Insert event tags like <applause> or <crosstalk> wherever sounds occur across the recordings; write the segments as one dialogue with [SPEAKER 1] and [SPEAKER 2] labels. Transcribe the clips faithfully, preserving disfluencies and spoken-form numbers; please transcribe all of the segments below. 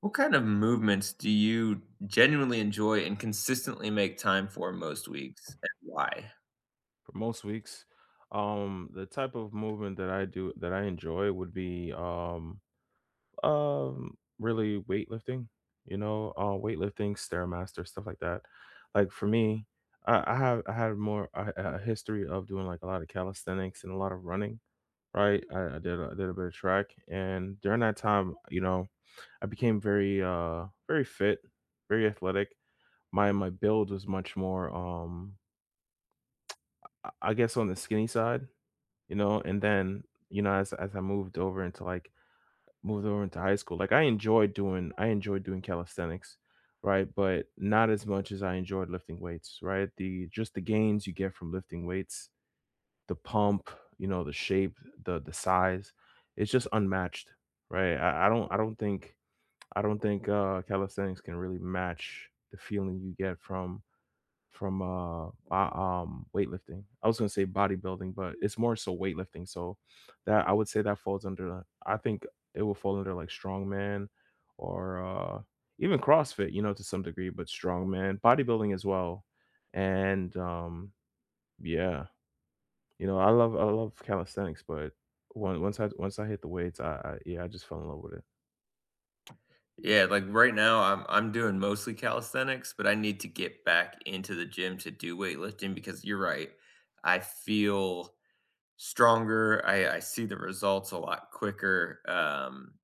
[SPEAKER 1] What kind of movements do you genuinely enjoy and consistently make time for most weeks, and why?
[SPEAKER 2] For most weeks, um, the type of movement that I do that I enjoy would be um, um, really weightlifting. You know, uh, weightlifting, stairmaster, stuff like that. Like for me, I, I have I had more a, a history of doing like a lot of calisthenics and a lot of running. Right, I, I did a, I did a bit of track, and during that time, you know, I became very uh very fit, very athletic. My my build was much more um I I guess on the skinny side, you know? And then, you know, as as I moved over into like moved over into high school, like I enjoyed doing I enjoyed doing calisthenics, right? But not as much as I enjoyed lifting weights, right? The just the gains you get from lifting weights, the pump, you know, the shape, the the size, it's just unmatched, right? I, I don't I don't think I don't think uh calisthenics can really match the feeling you get from from, uh, uh, um, weightlifting. I was gonna say bodybuilding, but it's more so weightlifting, so that I would say that falls under I think it will fall under, like, strongman or, uh, even CrossFit, you know, to some degree, but strongman, bodybuilding as well, and, um, yeah, you know, I love I love calisthenics, but on once I once I hit the weights, I I yeah, I just fell in love with it.
[SPEAKER 1] Yeah, like, right now, I'm I'm doing mostly calisthenics, but I need to get back into the gym to do weightlifting because you're right, I feel stronger, I I see the results a lot quicker. um,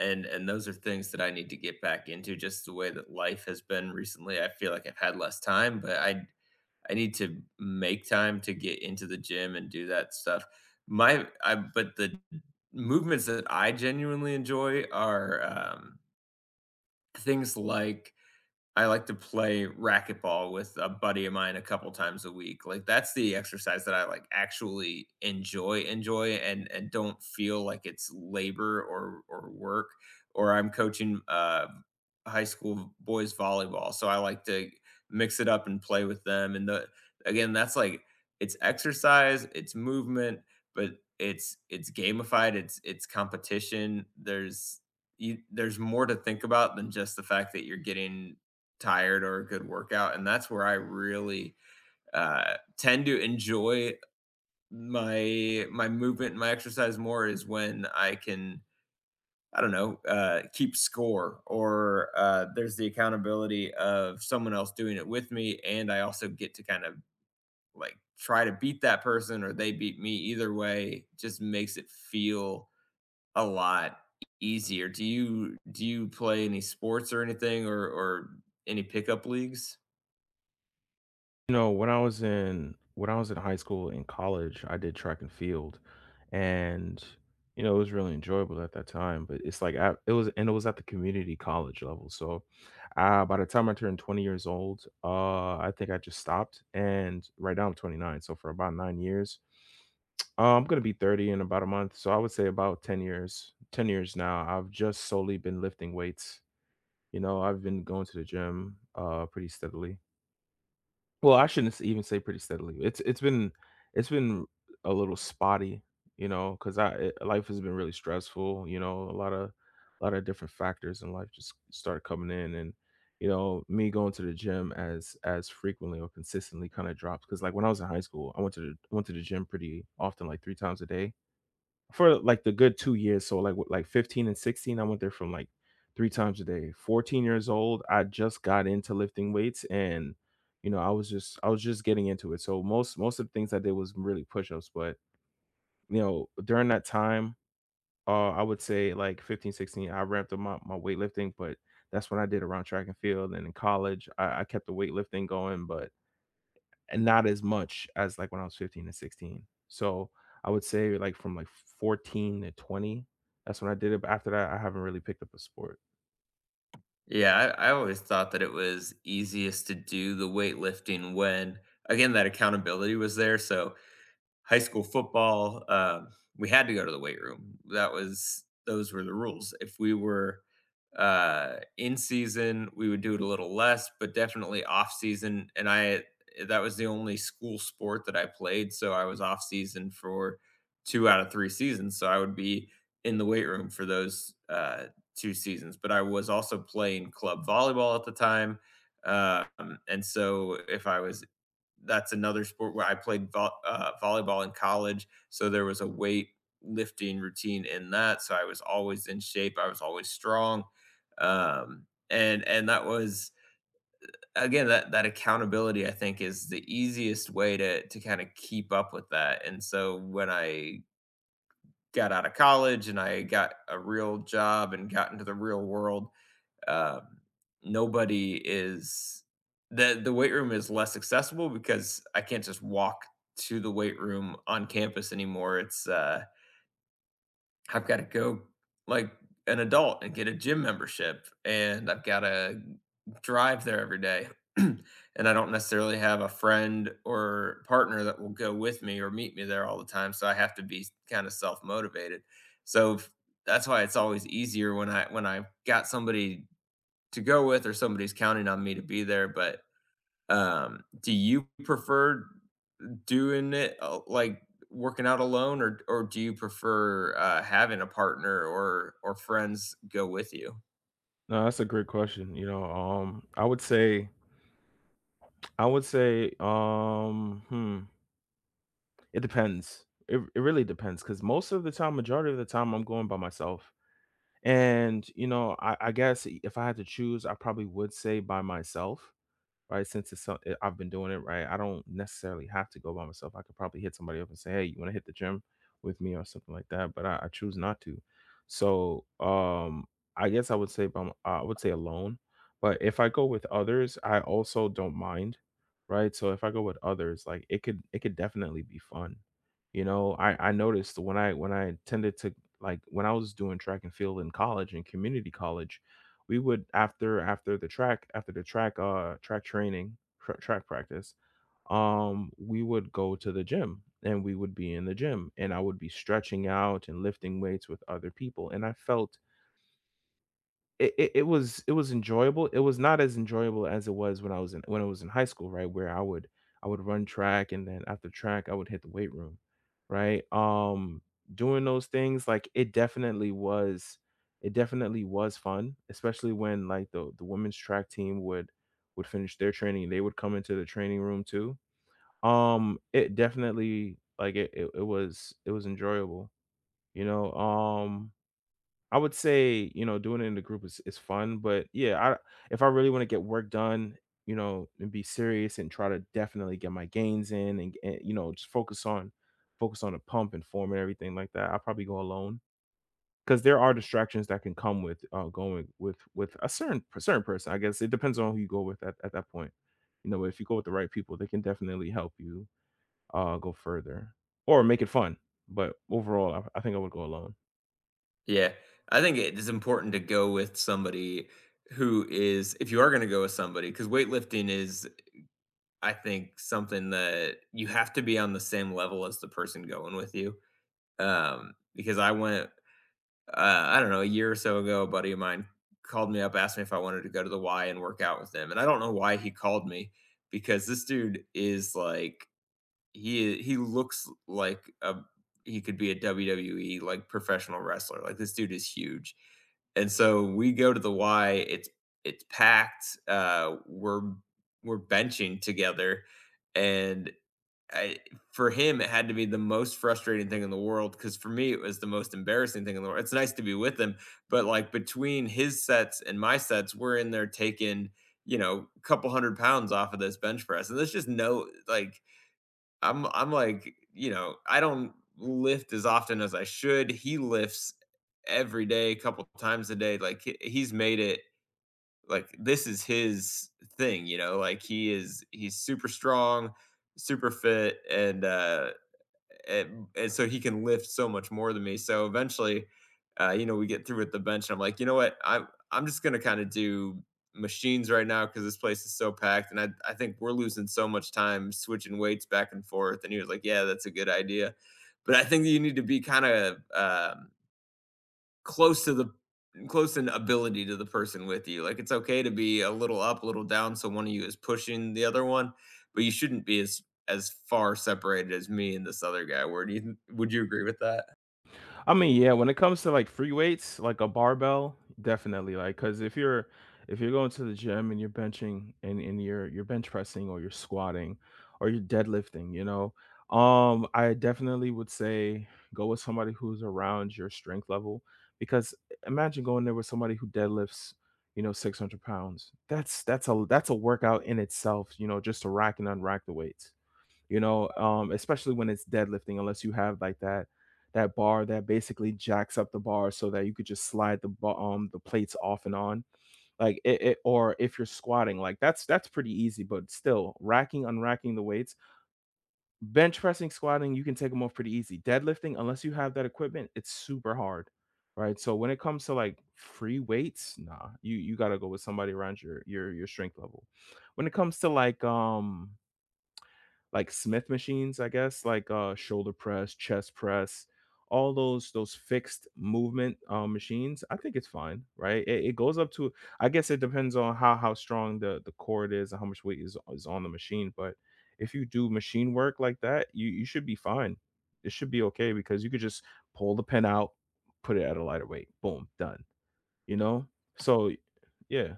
[SPEAKER 1] and and those are things that I need to get back into. Just the way that life has been recently, I feel like I've had less time, but I I need to make time to get into the gym and do that stuff. My I but the movements that I genuinely enjoy are, um, things like I like to play racquetball with a buddy of mine a couple times a week. Like, that's the exercise that I, like, actually enjoy enjoy and and don't feel like it's labor or or work, or I'm coaching, uh, high school boys volleyball, so I like to mix it up and play with them, and the again, that's, like, it's exercise, it's movement, but it's it's gamified, it's it's competition. There's you there's more to think about than just the fact that you're getting tired or a good workout, and that's where I really uh, tend to enjoy my my movement and my exercise more, is when I can, I don't know, uh, keep score, or uh, there's the accountability of someone else doing it with me, and I also get to kind of like try to beat that person or they beat me. Either way, just makes it feel a lot easier. Do you do you play any sports or anything, or or any pickup leagues?
[SPEAKER 2] You know, when I was in when I was in high school and college, I did track and field, and, you know, it was really enjoyable at that time, but it's like I it was and it was at the community college level, so, uh, by the time I turned twenty years old, uh, I think I just stopped, and right now I'm twenty-nine, so for about nine years, uh, I'm gonna be thirty in about a month, so I would say about ten years ten years now, I've just solely been lifting weights, you know, I've been going to the gym, uh, pretty steadily. Well, I shouldn't s even say pretty steadily. It's it's been it's been a little spotty, you know, because I eh, life has been really stressful, you know, a lot of a lot of different factors in life just started coming in and, you know, me going to the gym as as frequently or consistently kinda dropped. Because like, when I was in high school, I went to the went to the gym pretty often, like, three times a day for like the good two years. So like with- like fifteen and sixteen, I went there from like three times a day. fourteen years old, I just got into lifting weights and you know, I was just I was just getting into it. So most most of the things I did was really push-ups, but you know, during that time, uh I would say like fifteen sixteen, I ramped up my, my weightlifting, but that's when I did around track and field and in college. I, I kept the weightlifting going, but and not as much as like when I was fifteen and sixteen. So I would say like from like fourteen to twenty, that's when I did it. But after that, I haven't really picked up a sport.
[SPEAKER 1] Yeah, I, I always thought that it was easiest to do the weightlifting when, again, that accountability was there. So, high school football, um, we had to go to the weight room. That was those were the rules. If we were uh, in season, we would do it a little less, but definitely off season. And I that was the only school sport that I played, so I was off season for two out of three seasons. So I would be in the weight room for those uh, two seasons. But I was also playing club volleyball at the time. Um, and so if I was that's another sport, where I played vo- uh, volleyball in college. So there was a weight lifting routine in that. So I was always in shape. I was always strong. Um, and, and that was, again, that, that accountability, I think, is the easiest way to, to kind of keep up with that. And so when I got out of college and I got a real job and got into the real world, um, nobody is the the weight room is less accessible because I can't just walk to the weight room on campus anymore. It's uh, I've got to go like an adult and get a gym membership, and I've got to drive there every day. <clears throat> And I don't necessarily have a friend or partner that will go with me or meet me there all the time. So I have to be kind of self motivated. So f- that's why it's always easier when I when I got somebody to go with, or somebody's counting on me to be there. But um, do you prefer doing it, uh, like, working out alone, or or do you prefer, uh, having a partner or or friends go with you?
[SPEAKER 2] No, that's a great question. You know, um, I would say, I would say, um, hmm, it depends. It, it really depends because most of the time, majority of the time, I'm going by myself. And, you know, I, I guess if I had to choose, I probably would say by myself, right? Since it's so, eh, I've been doing it, right? I don't necessarily have to go by myself. I could probably hit somebody up and say, "Hey, you want to hit the gym with me or something like that?" But I, I choose not to. So, um, I guess I would say by, m- I would say alone. But if I go with others, I also don't mind, right? So if I go with others, like it could it could definitely be fun. You know, I I noticed when I when I tended to, like when I was doing track and field in college and community college, we would after after the track after the track uh track training tra- track practice, um we would go to the gym and we would be in the gym and I would be stretching out and lifting weights with other people and I felt it, it it was it was enjoyable. It was not as enjoyable as it was when I was in when I was in high school, right? Where I would I would run track and then after track I would hit the weight room, right? Um doing those things, like it definitely was it definitely was fun, especially when like the the women's track team would would finish their training, they would come into the training room too. Um it definitely like it it, it was it was enjoyable, you know. Um I would say, you know, doing it in the group is is fun, but yeah, I if I really want to get work done, you know, and be serious and try to definitely get my gains in and, and you know, just focus on focus on the pump and form and everything like that, I'll probably go alone because there are distractions that can come with uh, going with with a certain a certain person. I guess it depends on who you go with at, at that point. You know, if you go with the right people, they can definitely help you uh go further or make it fun. But overall, I, I think I would go alone.
[SPEAKER 1] Yeah, I think it is important to go with somebody who is, if you are going to go with somebody, because weightlifting is, I think, something that you have to be on the same level as the person going with you. Um because I went, uh, I don't know, a year or so ago, a buddy of mine called me up, asked me if I wanted to go to the Y and work out with him. And I don't know why he called me, because this dude is like, he he looks like a, he could be a W W E like professional wrestler. Like, this dude is huge. And so we go to the Y, it's it's packed. Uh we're we're benching together, and I, for him, it had to be the most frustrating thing in the world, because for me, it was the most embarrassing thing in the world. It's nice to be with him, but, like, between his sets and my sets, we're in there taking, you know, a couple hundred pounds off of this bench press, and there's just no, like, I'm I'm like, you know, I don't lift as often as I should. He lifts every day, a couple times a day. Like, he- he's made it like this is his thing, you know, like, he is he's super strong, super fit, and uh and, and so he can lift so much more than me. So eventually, uh, you know, we get through with the bench and I'm like, you know what, I'm I'm just gonna kind of do machines right now because this place is so packed, and I, I think we're losing so much time switching weights back and forth. And he was like, "Yeah, that's a good idea." But I think that you need to be kind of, um close to the, close in ability to the person with you. Like, it's okay to be a little up, a little down, so one of you is pushing the other one, but you shouldn't be as as far separated as me and this other guy were. Do you Would you agree with that?
[SPEAKER 2] I mean, yeah, when it comes to like free weights, like a barbell, definitely. Like, cause if you're if you're going to the gym and you're benching and, and you're you're bench pressing or you're squatting or you're deadlifting, you know, um, I definitely would say go with somebody who's around your strength level because imagine going there with somebody who deadlifts, you know, six hundred pounds. That's that's a that's a workout in itself, you know, just to rack and unrack the weights, you know, um, especially when it's deadlifting, unless you have like that that bar that basically jacks up the bar so that you could just slide the ba- um the plates off and on. Like it, it or if you're squatting, like that's that's pretty easy, but still racking, unracking the weights, bench pressing, squatting, you can take them off pretty easy. Deadlifting, unless you have that equipment, it's super hard. Right. So when it comes to like free weights, nah, you you gotta go with somebody around your your your strength level. When it comes to like um like Smith machines, I guess, like uh, shoulder press, chest press, all those those fixed movement uh, machines. I think it's fine, right? It, it goes up to. I guess it depends on how how strong the the cord is and how much weight is is on the machine. But if you do machine work like that, you you should be fine. It should be okay because you could just pull the pin out, put it at a lighter weight, boom, done. You know. So yeah,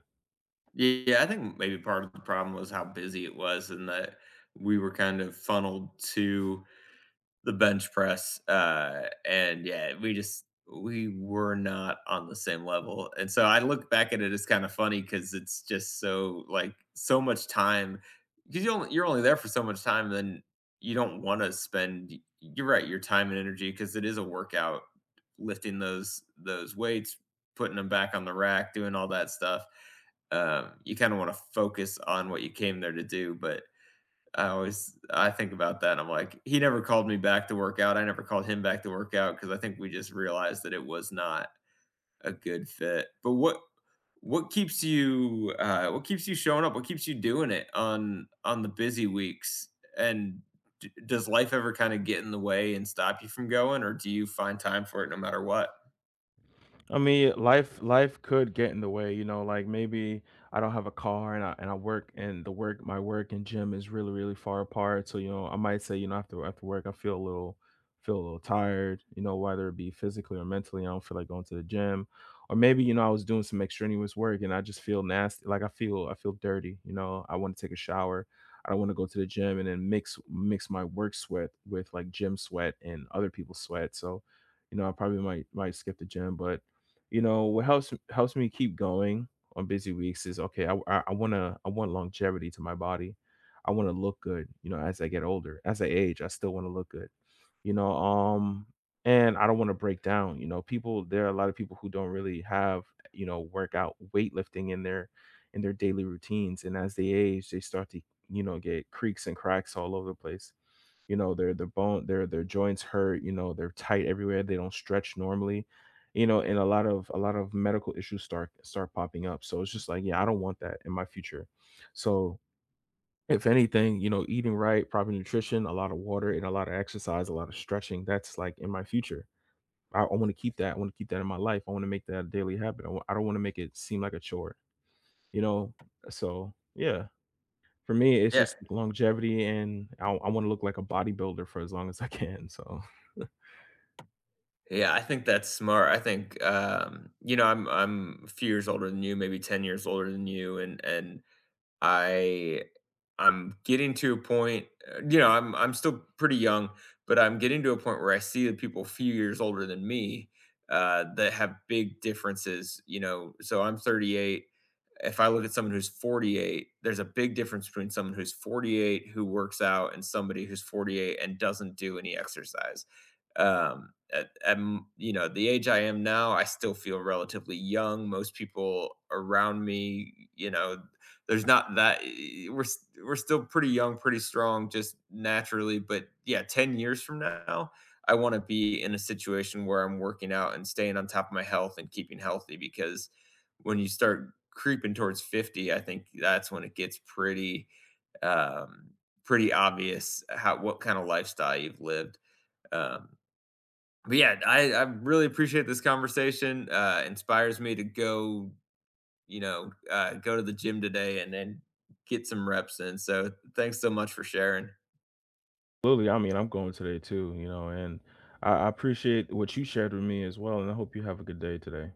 [SPEAKER 1] Yeah, I think maybe part of the problem was how busy it was, and that we were kind of funneled to the bench press, uh, and yeah, we just, we were not on the same level. And so I look back at it as kind of funny because it's just so, like, so much time, because you only, you're only there for so much time, and then you don't want to spend, you're right, your time and energy, because it is a workout lifting those those weights, putting them back on the rack, doing all that stuff, um, you kind of want to focus on what you came there to do. But I always I think about that, and I'm like, he never called me back to work out, I never called him back to work out, because I think we just realized that it was not a good fit. But what, what keeps you, uh what keeps you showing up? What keeps you doing it on on the busy weeks? And, d does life ever kinda get in the way and stop you from going, or do you find time for it no matter what?
[SPEAKER 2] I mean, life life could get in the way, you know, like maybe I don't have a car and I and I work and the work my work and gym is really, really far apart. So, you know, I might say, you know, after after work I feel a little feel a little tired, you know, whether it be physically or mentally, I don't feel like going to the gym. Or maybe, you know, I was doing some extraneous work and I just feel nasty. Like I feel I feel dirty, you know. I want to take a shower. I don't want to go to the gym and then mix mix my work sweat with like gym sweat and other people's sweat. So, you know, I probably might might skip the gym, but you know what helps helps me keep going on busy weeks is okay, i i, I want to, I want longevity to my body. I want to look good, you know, as I get older, as I age, I still want to look good, you know. um and I don't want to break down. You know, people, there are a lot of people who don't really have, you know, workout weightlifting in their in their daily routines, and as they age they start to, you know, get creaks and cracks all over the place. You know, their their bone their their joints hurt, you know, they're tight everywhere, they don't stretch normally, you know, and a lot of a lot of medical issues start start popping up. So it's just like, yeah, I don't want that in my future. So if anything, you know, eating right, proper nutrition, a lot of water and a lot of exercise, a lot of stretching, that's like in my future. I, I want to keep that. I want to keep that in my life. I want to make that a daily habit. I w- I don't want to make it seem like a chore, you know? So, yeah. For me, it's
[SPEAKER 1] Yeah.
[SPEAKER 2] just longevity and I I wanna look like a bodybuilder for as long as I can, so <laughs>
[SPEAKER 1] Yeah, I think that's smart. I think, um, you know, I'm I'm a few years older than you, maybe ten years older than you, and and I I'm getting to a point, uh, you know, I'm I'm still pretty young, but I'm getting to a point where I see the people a few years older than me uh, that have big differences. You know, so I'm thirty-eight, if I look at someone who's forty-eight, there's a big difference between someone who's forty-eight who works out and somebody who's forty-eight and doesn't do any exercise. Um, at, at, you know, the age I am now, I still feel relatively young. Most people around me, you know, there's not that, we're we're still pretty young, pretty strong, just naturally. But yeah, ten years from now, I want to be in a situation where I'm working out and staying on top of my health and keeping healthy, because when you start creeping towards fifty, I think that's when it gets pretty um pretty obvious how, what kind of lifestyle you've lived. Um but yeah, I, I really appreciate this conversation. Uh inspires me to go, you know, uh go to the gym today and then get some reps in. So thanks so much for sharing.
[SPEAKER 2] Absolutely, I mean, I'm going today too, you know, and I I appreciate what you shared with me as well, and I hope you have a good day today.